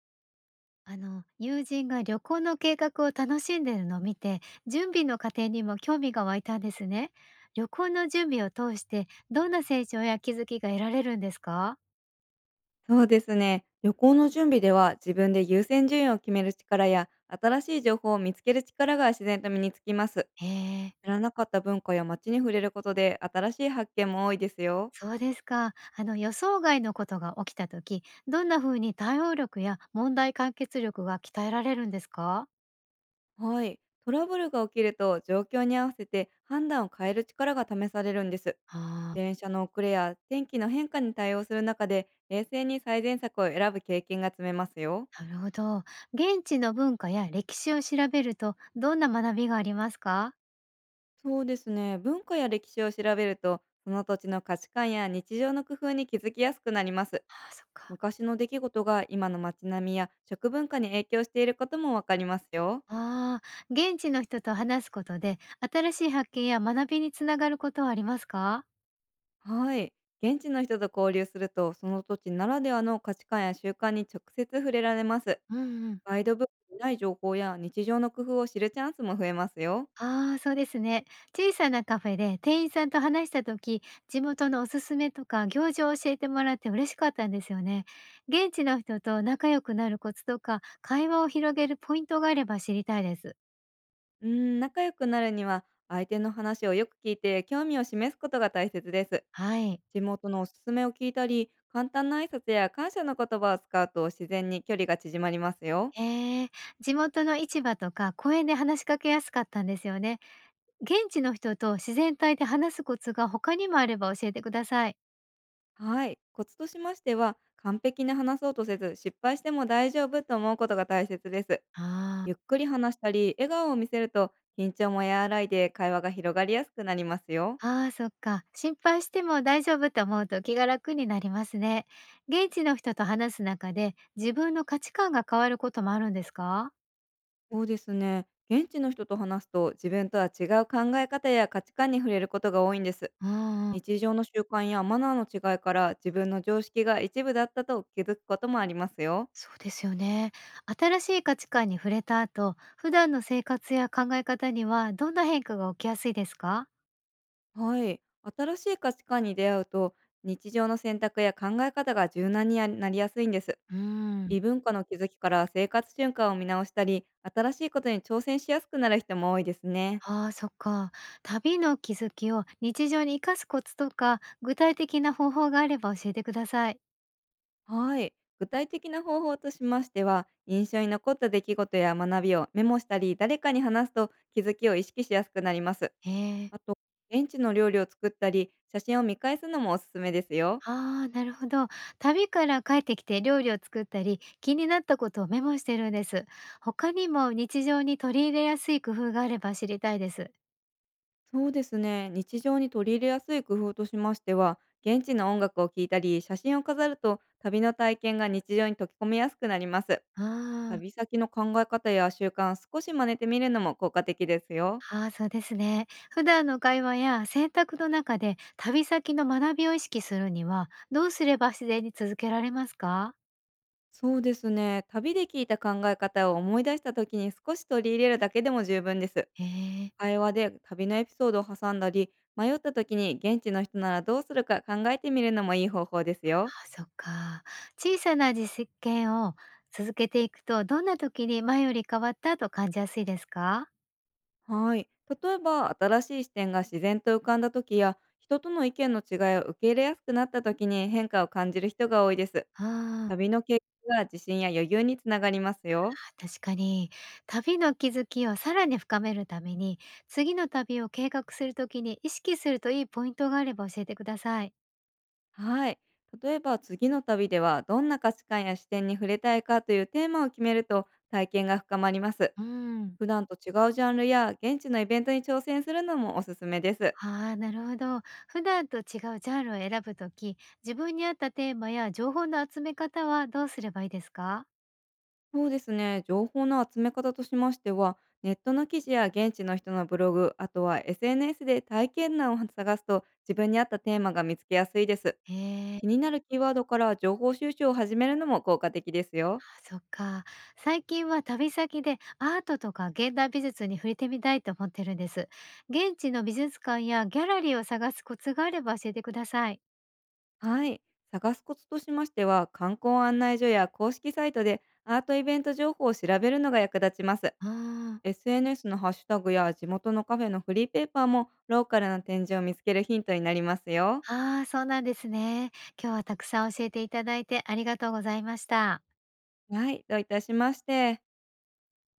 あの友人が旅行の計画を楽しんでいるのを見て、準備の過程にも興味が湧いたんですね。旅行の準備を通してどんな成長や気づきが得られるんですか？そうですね。旅行の準備では自分で優先順位を決める力や新しい情報を見つける力が自然と身につきます。へえ。知らなかった文化や街に触れることで新しい発見も多いですよ。そうですか。予想外のことが起きた時、どんな風に対応力や問題解決力が鍛えられるんですか？はい。トラブルが起きると状況に合わせて判断を変える力が試されるんです。ああー。電車の遅れや天気の変化に対応する中で冷静に最善策を選ぶ経験が積めますよ。なるほど。現地の文化や歴史を調べるとどんな学びがありますか？そうですね、文化や歴史を調べると、その土地の価値観や日常の工夫に気づきやすくなります。あー、そっか。昔の出来事が今の街並みや食文化に影響していることもわかりますよ。ああ、現地の人と話すことで、新しい発見や学びにつながることはありますか？はい。現地の人と交流すると、その土地ならではの価値観や習慣に直接触れられます。うんうん。ガイドブックにない情報や日常の工夫を知るチャンスも増えますよ。ああ、そうですね。小さなカフェで店員さんと話した時、地元のおすすめとか行事を教えてもらって嬉しかったんですよね。現地の人と仲良くなるコツとか、会話を広げるポイントがあれば知りたいです。うん、仲良くなるには、相手の話をよく聞いて興味を示すことが大切です。はい。地元のおすすめを聞いたり、簡単な挨拶や感謝の言葉を使うと自然に距離が縮まりますよ。へえー。地元の市場とか公園で話しかけやすかったんですよね。現地の人と自然体で話すコツが他にもあれば教えてください。はい。コツとしましては、完璧に話そうとせず、失敗しても大丈夫と思うことが大切です。あゆっあ、くり話したり、笑顔を見せると、緊張も和らいで会話が広がりやすくなりますよ。ああ、そっか。心配しても大丈夫と思うと気が楽になりますね。現地の人と話す中で、自分の価値観が変わることもあるんですか？そうですね。現地の人と話すと、自分とは違う考え方や価値観に触れることが多いんです。うんうん、日常の習慣やマナーの違いから、自分の常識が一部だったと気づくこともありますよ。そうですよね。新しい価値観に触れた後、普段の生活や考え方にはどんな変化が起きやすいですか？はい。新しい価値観に出会うと、日常の選択や考え方が柔軟になりやすいんです。うーん。異文化の気づきから生活習慣を見直したり、新しいことに挑戦しやすくなる人も多いですね。ああ、そっか。旅の気づきを日常に生かすコツとか、具体的な方法があれば教えてください。はい。具体的な方法としましては、印象に残った出来事や学びをメモしたり、誰かに話すと気づきを意識しやすくなります。へえ。あと、現地の料理を作ったり、写真を見返すのもおすすめですよ。ああ、なるほど。旅から帰ってきて料理を作ったり、気になったことをメモしてるんです。他にも日常に取り入れやすい工夫があれば知りたいです。そうですね。日常に取り入れやすい工夫としましては、現地の音楽を聴いたり、写真を飾ると旅の体験が日常に溶け込みやすくなります。あ旅先の考え方や習慣、少し真似てみるのも効果的ですよ。あ、ああ、そうですね。普段の会話や選択の中で旅先の学びを意識するには、どうすれば自然に続けられますか？そうですね。旅で聞いた考え方を思い出した時に少し取り入れるだけでも十分です。ええ、会話で旅のエピソードを挟んだり、迷った時に現地の人ならどうするか考えてみるのもいい方法ですよ。あ、そっか。小さな実験を続けていくと、どんな時に前より変わったと感じやすいですか？はい。例えば、新しい視点が自然と浮かんだ時や、人との意見の違いを受け入れやすくなった時に変化を感じる人が多いです。ああ。旅の経験が自信や余裕につながりますよ。確かに、旅の気づきをさらに深めるために、次の旅を計画するときに意識するといいポイントがあれば教えてください。はい。例えば次の旅では、どんな価値観や視点に触れたいかというテーマを決めると体験が深まります。うん。普段と違うジャンルや現地のイベントに挑戦するのもおすすめです。ああ、なるほど。普段と違うジャンルを選ぶとき、自分に合ったテーマや情報の集め方はどうすればいいですか？そうですね。情報の集め方としましては、ネットの記事や現地の人のブログ、あとは SNS で体験談を探すと自分に合ったテーマが見つけやすいです。ええー、気にあ、なるキーワードから情報収集を始めるのも効果的ですよ。そっか。最近は旅先でアートとか現代美術に触れてみたいと思ってるんです。現地の美術館やギャラリーを探すコツがあれば教えてください。はい。探すコツとしましては、観光案内所や公式サイトでアートイベント情報を調べるのが役立ちます。うん。 SNS のハッシュタグや地元のカフェのフリーペーパーもローカルな展示を見つけるヒントになりますよ。ああ、そうなんですね。今日はたくさん教えていただいてありがとうございました。はい、どういたしまして。